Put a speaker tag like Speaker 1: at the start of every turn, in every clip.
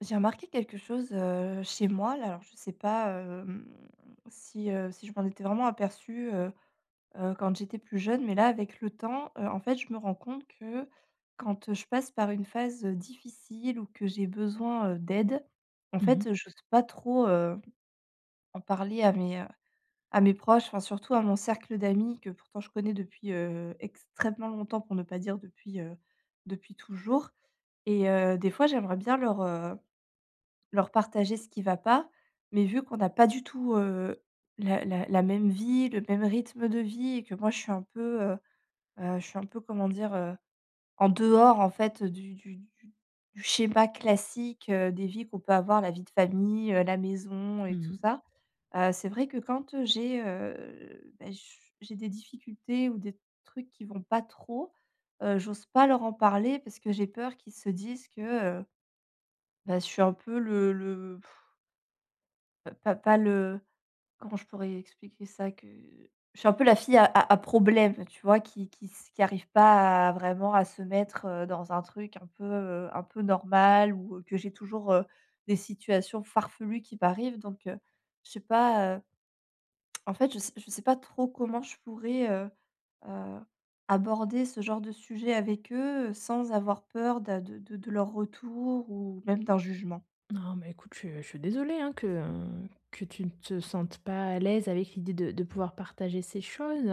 Speaker 1: J'ai remarqué quelque chose, chez moi là, alors je sais pas, si je m'en étais vraiment aperçue quand j'étais plus jeune, mais là avec le temps, en fait, je me rends compte que quand je passe par une phase difficile ou que j'ai besoin, d'aide, en
Speaker 2: Mmh
Speaker 1: fait,
Speaker 2: mh.
Speaker 1: je n'ose pas trop, en parler à mes proches, enfin surtout à mon cercle d'amis que pourtant je connais depuis, extrêmement longtemps, pour ne pas dire depuis toujours, et des fois j'aimerais bien leur partager ce qui va pas, mais vu qu'on n'a pas du tout, la même vie, le même rythme de vie et que moi je suis un peu, je suis un peu comment dire? En dehors en fait du schéma classique, des vies qu'on peut avoir, la vie de famille, la maison et tout
Speaker 2: Mmh.
Speaker 1: ça. C'est vrai que quand bah, j'ai des difficultés ou des trucs qui vont pas trop, j'ose pas leur en parler parce que j'ai peur qu'ils se disent que, bah, je suis un peu le pas pas le comment je pourrais expliquer ça? Que je suis un peu la fille à problème, tu vois? Qui arrive pas à vraiment à se mettre, dans un truc un peu normal ou, que j'ai toujours, des situations farfelues qui m'arrivent. Donc, je sais pas, en fait, je sais pas trop comment je pourrais, heu, aborder ce genre de sujet avec eux, sans avoir peur de leur retour ou même d'un jugement.
Speaker 2: Non, mais écoute, je suis désolée, hein, que tu ne te sentes pas à l'aise avec l'idée de pouvoir partager ces choses.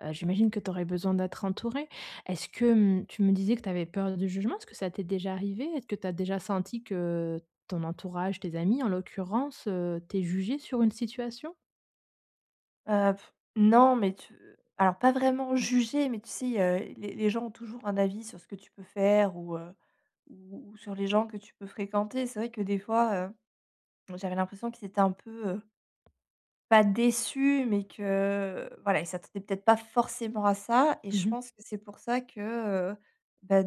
Speaker 2: J'imagine que tu aurais besoin d'être entourée. Est-ce que, tu me disais que tu avais peur du jugement, est-ce que ça t'est déjà arrivé? Est-ce que tu as déjà senti que ton entourage, tes amis en l'occurrence, t'aient jugée sur une situation?
Speaker 1: Non, mais tu alors pas vraiment juger, mais tu sais, les gens ont toujours un avis sur ce que tu peux faire ou sur les gens que tu peux fréquenter. C'est vrai que des fois, j'avais l'impression qu'ils étaient un peu, pas déçus, mais que, voilà, ils s'attendaient peut-être pas forcément à ça, et je
Speaker 2: Mmh.
Speaker 1: pense que c'est pour ça que, heu, bah,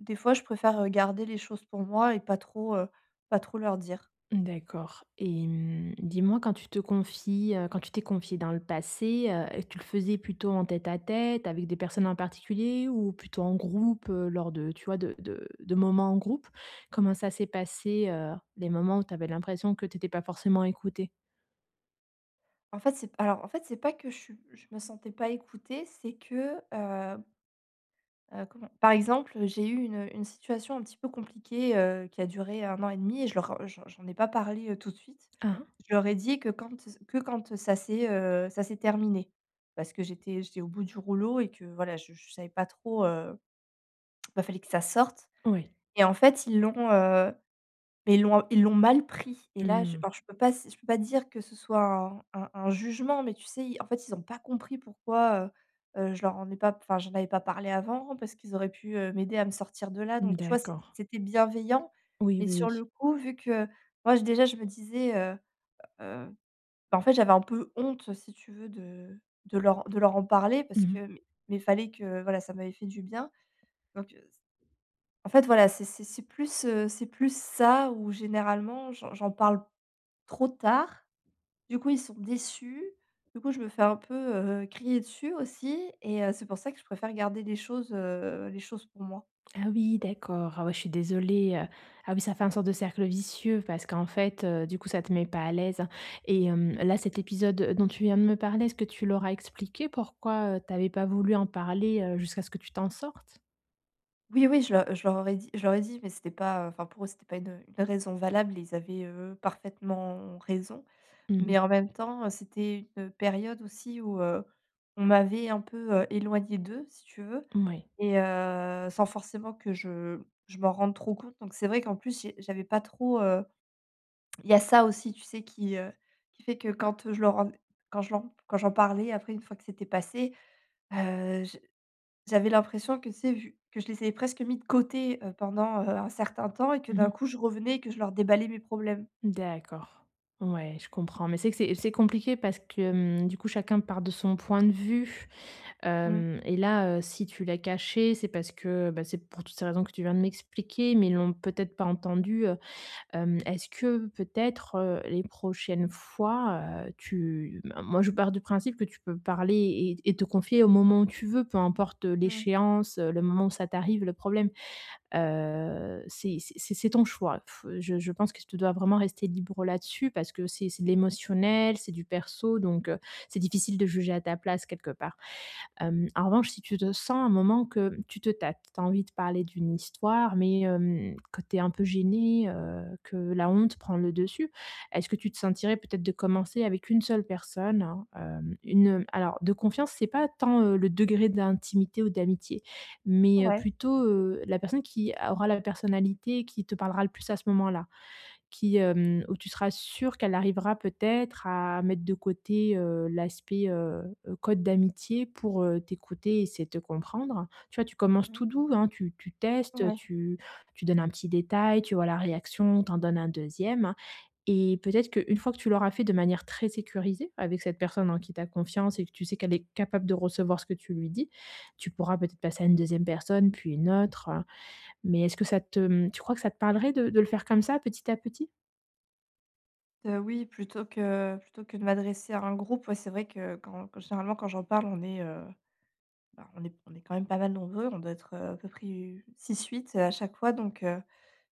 Speaker 1: des fois, je préfère, garder les choses pour moi et pas trop leur dire.
Speaker 2: D'accord et dis-moi quand tu te confies, quand tu t'es confié dans le passé, tu le faisais plutôt en tête-à-tête avec des personnes en particulier ou plutôt en groupe, lors de tu vois de moments en groupe? Comment ça s'est passé, les moments où tu avais l'impression que tu étais pas forcément écoutée?
Speaker 1: En fait, c'est alors en fait, c'est pas que je me sentais pas écoutée, c'est que, comment, par exemple, j'ai eu une situation un petit peu compliquée, qui a duré un an et demi, et je leur j'en j'en ai pas parlé, tout de suite.
Speaker 2: Ah,
Speaker 1: Je leur ai dit que quand ça s'est terminé. Parce que j'étais au bout du rouleau et que voilà, je savais pas trop, bah, fallait que ça sorte,
Speaker 2: ouais.
Speaker 1: et en fait, mais ils l'ont mal pris, et là je
Speaker 2: Mmh.
Speaker 1: alors je peux pas s je peux pas dire que ce soit un jugement, mais tu sais, ils en fait, ils ont pas compris pourquoi, je leur en ai pas enfin, j'en avais pas parlé avant parce qu'ils auraient pu, m'aider à me sortir de là, donc tu vois, c'était
Speaker 2: D'accord.
Speaker 1: bienveillant.
Speaker 2: Oui,
Speaker 1: Et
Speaker 2: oui, oui.
Speaker 1: sur le coup, vu que moi, j déjà, je me disais, heu, bah, en fait, j'avais un peu honte, si tu veux, de leur en parler, parce
Speaker 2: Mmh.
Speaker 1: que mais fallait que voilà, ça m'avait fait du bien. Donc en fait, voilà, c'est c'est plus ça où généralement j'en parle trop tard. Du coup, ils sont déçus. Du coup, je me fais un peu, crier dessus aussi, et c'est pour ça que je préfère garder les choses pour moi.
Speaker 2: Ah oui, d'accord. Ah ouais, je suis désolée. Ah oui, ça fait un sorte de cercle vicieux parce qu'en fait, du coup, ça te met pas à l'aise hein. Et là, cet épisode, dont tu viens de me parler, est-ce que tu l'auras expliqué pourquoi, tu avais pas voulu en parler, jusqu'à ce que tu t'en sortes?
Speaker 1: Oui, oui, je leur aurais dit je leur ai dit, mais c'était pas, enfin pour eux, c'était pas une raison valable. Et ils avaient, parfaitement raison,
Speaker 2: Mmh mh.
Speaker 1: mais en même temps, c'était une période aussi où, on m'avait un peu, éloignée d'eux, si tu veux.
Speaker 2: Ouais.
Speaker 1: Et sans forcément que je m'en rende trop compte. Donc c'est vrai qu'en plus j'avais pas trop, il y a ça aussi, tu sais, qui fait que quand, je leur en quand je l'en quand j'en parlais après une fois que c'était passé, je j'avais l'impression que, tu sais, vu que je les avais presque mis de côté, pendant, un certain temps, et que d'un
Speaker 2: Mmh.
Speaker 1: coup je revenais et que je leur déballais mes problèmes.
Speaker 2: D'accord. Ouais, je comprends, mais c'est que c'est compliqué parce que, du coup, chacun part de son point de vue,
Speaker 1: Mmh,
Speaker 2: hem et là, si tu l'as caché, c'est parce que, bah, c'est pour toutes ces raisons que tu viens de m'expliquer, mais ils l'ont peut-être pas entendu. Est-ce que peut-être, les prochaines fois, tu ben, moi je pars du principe que tu peux parler et te confier au moment où tu veux, peu importe,
Speaker 1: mmh.
Speaker 2: l'échéance, le moment où ça t'arrive, le problème. C'est c'est ton choix. F Je pense que tu dois vraiment rester libre là-dessus parce que c'est de l'émotionnel, c'est du perso donc c'est difficile de juger à ta place quelque part. En revanche, si tu te sens un moment que tu te tâtes, tu as envie de parler d'une histoire, mais que tu es un peu gêné, que la honte prend le dessus, est-ce que tu te sentirais peut-être de commencer avec une seule personne, hein, une, alors de confiance, c'est pas tant, le degré d'intimité ou d'amitié, mais
Speaker 1: Ouais.
Speaker 2: plutôt, la personne qui aura la personnalité qui te parlera le plus à ce moment-là? Qui, où tu seras sûr qu'elle arrivera peut-être à mettre de côté, l'aspect, code d'amitié pour, t'écouter et essayer de te comprendre. Tu vois, tu commences
Speaker 1: Mmh.
Speaker 2: tout doux, hein, tu testes,
Speaker 1: Ouais.
Speaker 2: tu donnes un petit détail, tu vois la réaction, t'en donnes un deuxième, et peut-être qu'une fois que tu l'auras fait de manière très sécurisée avec cette personne en qui tu as confiance et que tu sais qu'elle est capable de recevoir ce que tu lui dis, tu pourras peut-être passer à une deuxième personne, puis une autre, hein. Mais est-ce que tu crois que ça te parlerait de le faire comme ça, petit à petit?
Speaker 1: Oui, plutôt que de m'adresser à un groupe. Ouais, c'est vrai que quand généralement quand j'en parle, on est, bah, on est quand même pas mal nombreux, on doit être, à peu près, six huit à chaque fois, donc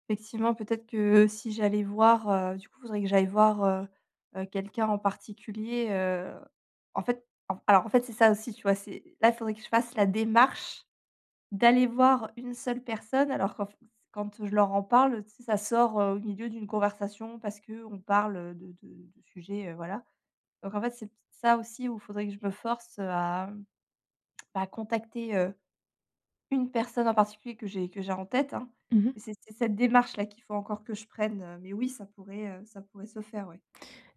Speaker 1: effectivement, peut-être que si j'allais voir, du coup, il faudrait que j'aille voir, quelqu'un en particulier, en fait, c'est ça aussi, tu vois? C'est là, il faudrait que je fasse la démarche d'aller voir une seule personne alors qu'en f quand je leur en parle, tu sais, ça sort, au milieu d'une conversation parce que on parle, de sujets, voilà. Donc en fait, c'est ça aussi où il faudrait que je me force, à, bah, contacter une personne en particulier que j'ai en tête, hein,
Speaker 2: Mmh.
Speaker 1: mais c'est cette démarche-là qu'il faut encore que je prenne, mais oui, ça pourrait se faire, ouais.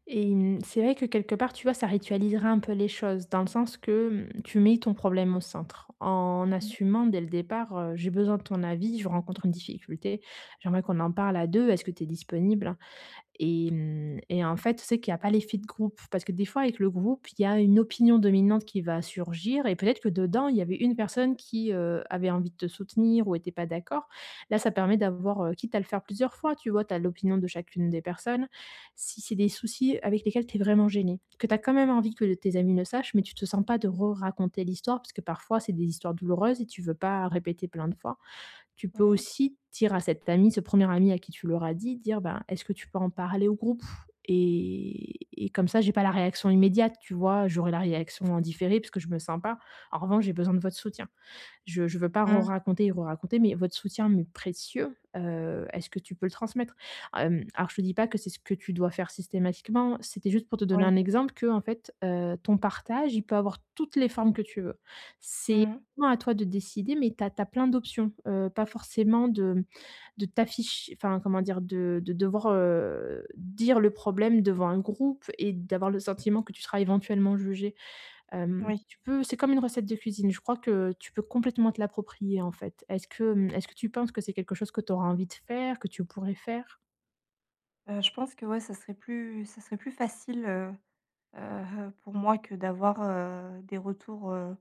Speaker 2: Et c'est vrai que quelque part, tu vois, ça ritualisera un peu les choses dans le sens que, tu mets ton problème au centre en
Speaker 1: Mmh.
Speaker 2: assumant dès le départ: «J'ai besoin de ton avis, je rencontre une difficulté, j'aimerais qu'on en parle à 2. Est-ce que tu es disponible?» Et mmh et en fait, tu sais qu'il n'y a pas l'effet de groupe, parce que des fois avec le groupe, il y a une opinion dominante qui va surgir et peut-être que dedans, il y avait une personne qui, avait envie de te soutenir ou était pas d'accord. Là, ça permet d'avoir, quitte à le faire plusieurs fois, tu vois? Tu as l'opinion de chacune des personnes. Si c'est des soucis avec lesquels tu es vraiment gêné, que tu as quand même envie que tes amis le sachent, mais tu te sens pas de re-raconter l'histoire, parce que parfois c'est des histoires douloureuses et tu veux pas répéter plein de fois, tu peux
Speaker 1: Mmh mh.
Speaker 2: aussi dire à cet ami, ce premier ami à qui tu l'auras dit, dire ben, est-ce que tu peux en parler au groupe et comme ça, j'ai pas la réaction immédiate, tu vois, j'aurai la réaction en différé parce que je me sens pas. En revanche, j'ai besoin de votre soutien. Je veux pas
Speaker 1: Mmh.
Speaker 2: re-raconter et re-raconter, mais votre soutien m'est précieux, est-ce que tu peux le transmettre? Alors je te dis pas que c'est ce que tu dois faire systématiquement, c'était juste pour te donner
Speaker 1: Oui.
Speaker 2: un exemple que en fait, ton partage, il peut avoir toutes les formes que tu veux. C'est
Speaker 1: Mmh mh.
Speaker 2: vraiment à toi de décider, mais tu as plein d'options, pas forcément de t'afficher. Enfin comment dire? De devoir, dire le problème devant un groupe et d'avoir le sentiment que tu seras éventuellement jugé.
Speaker 1: Oui.
Speaker 2: Tu peux c'est comme une recette de cuisine, je crois que tu peux complètement te l'approprier, en fait. Est-ce que tu penses que c'est quelque chose que tu auras envie de faire, que tu pourrais faire?
Speaker 1: Je pense que, ouais, ça serait plus facile, pour moi, que d'avoir, des retours, heu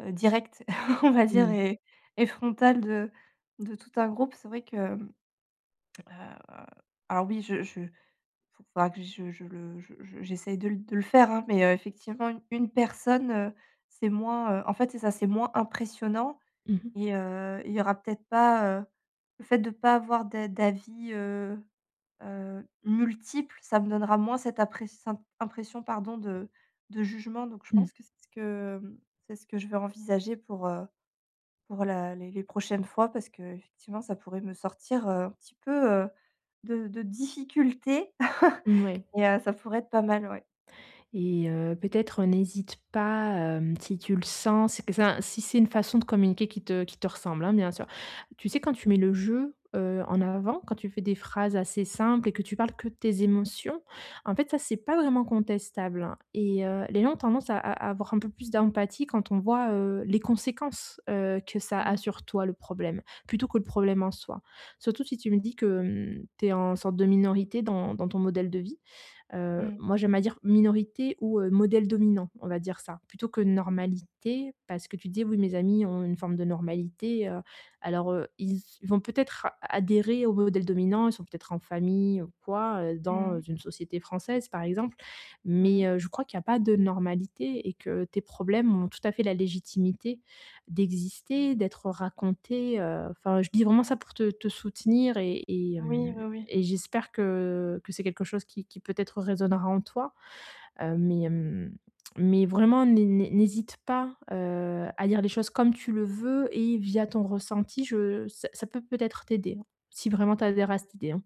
Speaker 1: heu, directs, on va dire,
Speaker 2: Mmh.
Speaker 1: et frontal de tout un groupe. C'est vrai que, heu, alors oui, je Faut faudra que je le je j'essaye de le faire, hein, mais effectivement, une personne, c'est moins, en fait, c'est ça, c'est moins impressionnant,
Speaker 2: Mmh mh.
Speaker 1: et il y aura peut-être pas, le fait de ne pas avoir d'avis, multiples, ça me donnera moins cette impression, pardon, de jugement, donc je
Speaker 2: Mmh.
Speaker 1: pense que c'est ce que je vais envisager pour la les prochaines fois, parce que effectivement ça pourrait me sortir, un petit peu, de difficultés.
Speaker 2: Mouais.
Speaker 1: Et ça pourrait être pas mal, ouais.
Speaker 2: Et peut-être n'hésite pas, si tu le sens, c'est que ça si c'est une façon de communiquer qui te ressemble, hein, bien sûr. Tu sais, quand tu mets le jeu, en avant, quand tu fais des phrases assez simples et que tu parles que de tes émotions, en fait, ça, c'est pas vraiment contestable, hein et les gens ont tendance à avoir un peu plus d'empathie quand on voit, les conséquences, que ça a
Speaker 1: Mmh.
Speaker 2: sur toi, le problème, plutôt que le problème en soi. Surtout si tu me dis que, tu es en sorte de minorité dans ton modèle de vie.
Speaker 1: Mmh.
Speaker 2: Moi j'aime à dire minorité ou modèle dominant, on va dire ça, plutôt que normalité parce que tu dis «Oui, mes amis ont une forme de normalité», alors, ils vont peut-être adhérer au modèle dominant, ils sont peut-être en famille ou quoi,
Speaker 1: Mmh
Speaker 2: dans
Speaker 1: mh.
Speaker 2: une société française par exemple, mais,
Speaker 1: Mmh.
Speaker 2: je crois qu'il n'y a pas de normalité et que tes problèmes ont tout à fait la légitimité d'exister, d'être racontés, enfin je dis vraiment ça pour te soutenir et et
Speaker 1: Oui, oui,
Speaker 2: hem
Speaker 1: oui.
Speaker 2: et j'espère que c'est quelque chose qui peut-être résonnera en toi, heu, mais, hem, mais vraiment n'hésite pas, à dire les choses comme tu le veux et via ton ressenti, je ça peut-être t'aider, hein, si vraiment tu adhères à cette idée, hein.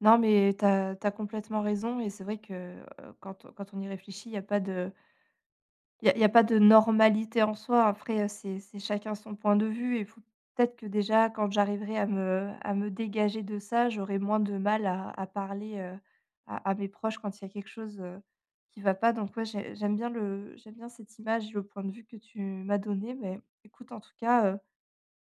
Speaker 1: Non, mais tu as complètement raison, et c'est vrai que, quand on y réfléchit, il y a pas de il y a pas de normalité en soi. Après, c'est chacun son point de vue, et faut peut-être que déjà quand j'arriverai à me dégager de ça, j'aurai moins de mal à parler, à mes proches quand il y a quelque chose, qui va pas. Donc ouais, j'aime bien cette image et le point de vue que tu m'as donné. Mais écoute, en tout cas, heu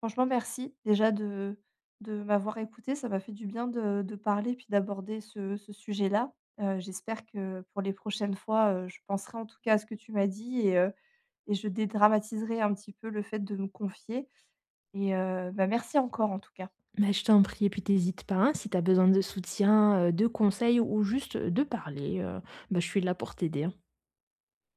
Speaker 1: Franchement, merci déjà de m'avoir écoutée. Ça m'a fait du bien de parler, puis d'aborder ce sujet-là. J'espère que pour les prochaines fois, je penserai en tout cas à ce que tu m'as dit, et je dédramatiserai un petit peu le fait de me confier, et bah, merci encore en tout cas.
Speaker 2: Mais je t'en prie et puis tu pas, hein, si tu as besoin de soutien, de conseils ou juste de parler, bah, je suis là pour t'aider, hein.